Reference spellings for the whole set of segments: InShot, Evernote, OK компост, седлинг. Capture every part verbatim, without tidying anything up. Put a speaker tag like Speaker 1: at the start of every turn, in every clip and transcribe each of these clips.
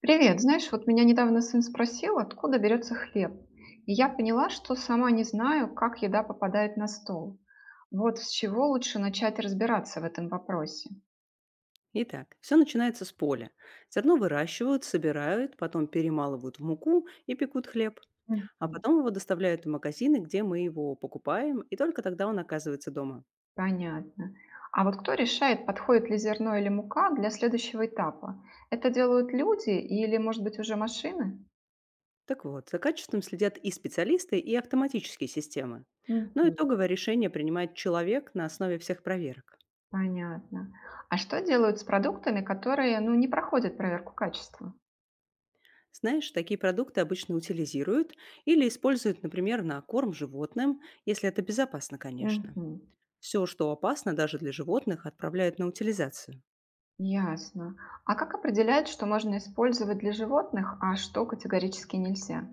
Speaker 1: Привет, знаешь, вот меня недавно сын спросил, откуда берется хлеб. И я поняла, что сама не знаю, как еда попадает на стол. Вот с чего лучше начать разбираться в этом вопросе.
Speaker 2: Итак, все начинается с поля. Зерно выращивают, собирают, потом перемалывают в муку и пекут хлеб. А
Speaker 1: Мгм.
Speaker 2: потом его доставляют в магазины, где мы его покупаем, и только тогда он оказывается дома.
Speaker 1: Понятно. А вот кто решает, подходит ли зерно или мука для следующего этапа? Это делают люди или, может быть, уже машины?
Speaker 2: Так вот, за качеством следят и специалисты, и автоматические системы. Но
Speaker 1: Мгм.
Speaker 2: итоговое решение принимает человек на основе всех проверок.
Speaker 1: Понятно. А что делают с продуктами, которые, ну, не проходят проверку качества?
Speaker 2: Знаешь, такие продукты обычно утилизируют или используют, например, на корм животным, если это безопасно, конечно.
Speaker 1: Мгм.
Speaker 2: Все, что опасно даже для животных, отправляют на утилизацию.
Speaker 1: Ясно. А как определяют, что можно использовать для животных, а что категорически нельзя?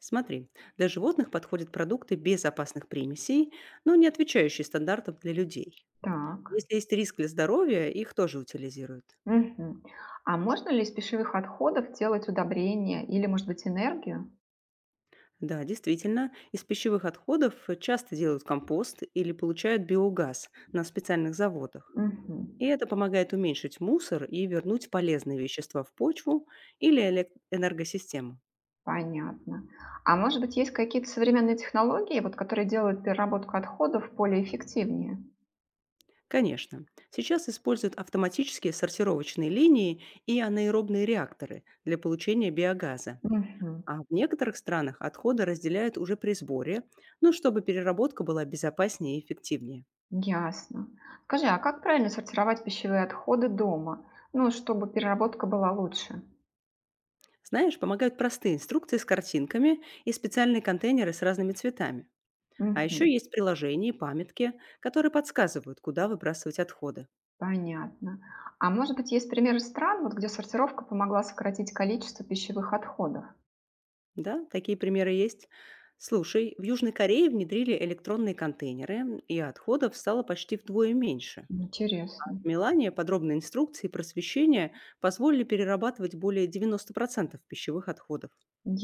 Speaker 2: Смотри, для животных подходят продукты без опасных примесей, но не отвечающие стандартам для людей.
Speaker 1: Так.
Speaker 2: Если есть риск для здоровья, их тоже утилизируют.
Speaker 1: Мгм. А можно ли из пищевых отходов делать удобрения или, может быть, энергию?
Speaker 2: Да, действительно, из пищевых отходов часто делают компост или получают биогаз на специальных заводах.
Speaker 1: Мгм.
Speaker 2: И это помогает уменьшить мусор и вернуть полезные вещества в почву или элек- энергосистему.
Speaker 1: Понятно. А может быть, есть какие-то современные технологии, вот, которые делают переработку отходов более эффективнее?
Speaker 2: Конечно, сейчас используют автоматические сортировочные линии и анаэробные реакторы для получения биогаза.
Speaker 1: Мгм.
Speaker 2: А в некоторых странах отходы разделяют уже при сборе, ну, чтобы переработка была безопаснее и эффективнее.
Speaker 1: Ясно. Скажи, а как правильно сортировать пищевые отходы дома? Ну, чтобы переработка была лучше.
Speaker 2: Знаешь, помогают простые инструкции с картинками и специальные контейнеры с разными цветами. А еще
Speaker 1: Мгм.
Speaker 2: есть приложения и памятки, которые подсказывают, куда выбрасывать отходы.
Speaker 1: Понятно. А может быть, есть примеры стран, вот где сортировка помогла сократить количество пищевых отходов?
Speaker 2: Да, такие примеры есть. Слушай, в Южной Корее внедрили электронные контейнеры, и отходов стало почти вдвое меньше.
Speaker 1: Интересно.
Speaker 2: В Милане подробные инструкции и просвещение позволили перерабатывать более девяноста процентов пищевых отходов.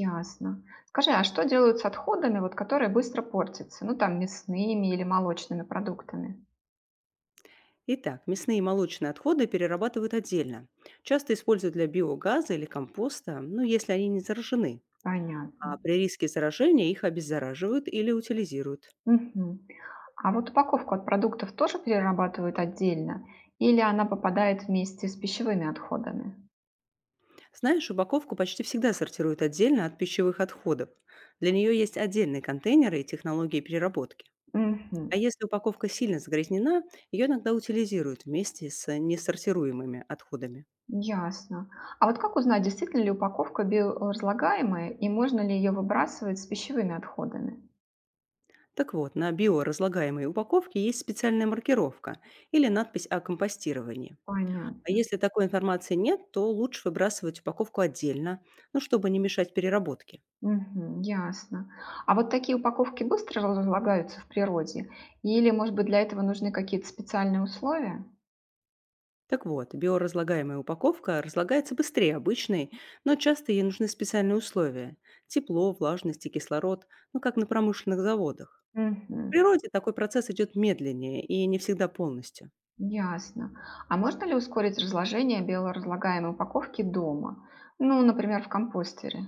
Speaker 1: Ясно. Скажи, а что делают с отходами, вот, которые быстро портятся? Ну, там, мясными или молочными продуктами?
Speaker 2: Итак, мясные и молочные отходы перерабатывают отдельно. Часто используют для биогаза или компоста, ну, если они не заражены. А
Speaker 1: Понятно.
Speaker 2: при риске заражения их обеззараживают или утилизируют.
Speaker 1: Мгм. А вот упаковку от продуктов тоже перерабатывают отдельно? Или она попадает вместе с пищевыми отходами?
Speaker 2: Знаешь, упаковку почти всегда сортируют отдельно от пищевых отходов. Для нее есть отдельные контейнеры и технологии переработки.
Speaker 1: Мгм.
Speaker 2: А если упаковка сильно загрязнена, ее иногда утилизируют вместе с несортируемыми отходами.
Speaker 1: Ясно. А вот как узнать, действительно ли упаковка биоразлагаемая и можно ли ее выбрасывать с пищевыми отходами?
Speaker 2: Так вот, на биоразлагаемой упаковке есть специальная маркировка или надпись о компостировании. А
Speaker 1: Понятно.
Speaker 2: если такой информации нет, то лучше выбрасывать упаковку отдельно, ну, чтобы не мешать переработке.
Speaker 1: Мгм, ясно. А вот такие упаковки быстро разлагаются в природе? Или, может быть, для этого нужны какие-то специальные условия?
Speaker 2: Так вот, биоразлагаемая упаковка разлагается быстрее обычной, но часто ей нужны специальные условия – тепло, влажность и кислород, ну, как на промышленных заводах. В
Speaker 1: Мгм,
Speaker 2: природе такой процесс идет медленнее и не всегда полностью.
Speaker 1: ясно. А можно ли ускорить разложение биоразлагаемой упаковки дома? Ну, например, в компостере.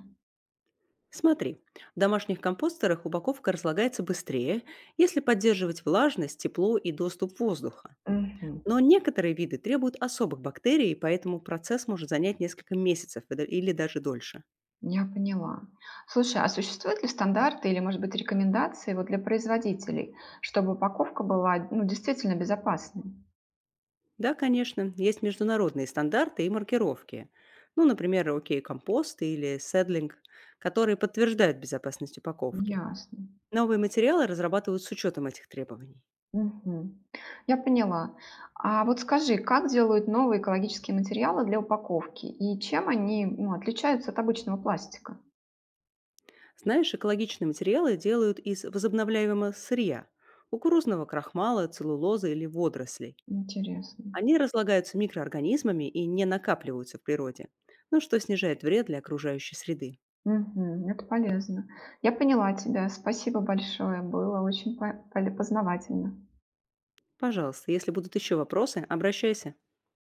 Speaker 2: Смотри, в домашних компостерах упаковка разлагается быстрее, если поддерживать влажность, тепло и доступ воздуха.
Speaker 1: Мгм.
Speaker 2: Но некоторые виды требуют особых бактерий, поэтому процесс может занять несколько месяцев и да- или даже дольше.
Speaker 1: Я поняла. Слушай, а существуют ли стандарты или, может быть, рекомендации вот для производителей, чтобы упаковка была, ну, действительно безопасной?
Speaker 2: Да, конечно, есть международные стандарты и маркировки. Ну, например, OK компост или седлинг, которые подтверждают безопасность упаковки.
Speaker 1: Ясно.
Speaker 2: Новые материалы разрабатывают с учетом этих требований.
Speaker 1: Мгм. Я поняла. А вот скажи, как делают новые экологические материалы для упаковки и чем они, ну, отличаются от обычного пластика?
Speaker 2: Знаешь, экологичные материалы делают из возобновляемого сырья – кукурузного крахмала, целлулозы или водорослей.
Speaker 1: Интересно.
Speaker 2: Они разлагаются микроорганизмами и не накапливаются в природе, ну что снижает вред для окружающей среды.
Speaker 1: Мгм. Это полезно. Я поняла тебя. Спасибо большое. Было очень по- поле- познавательно.
Speaker 2: Пожалуйста, если будут еще вопросы, обращайся.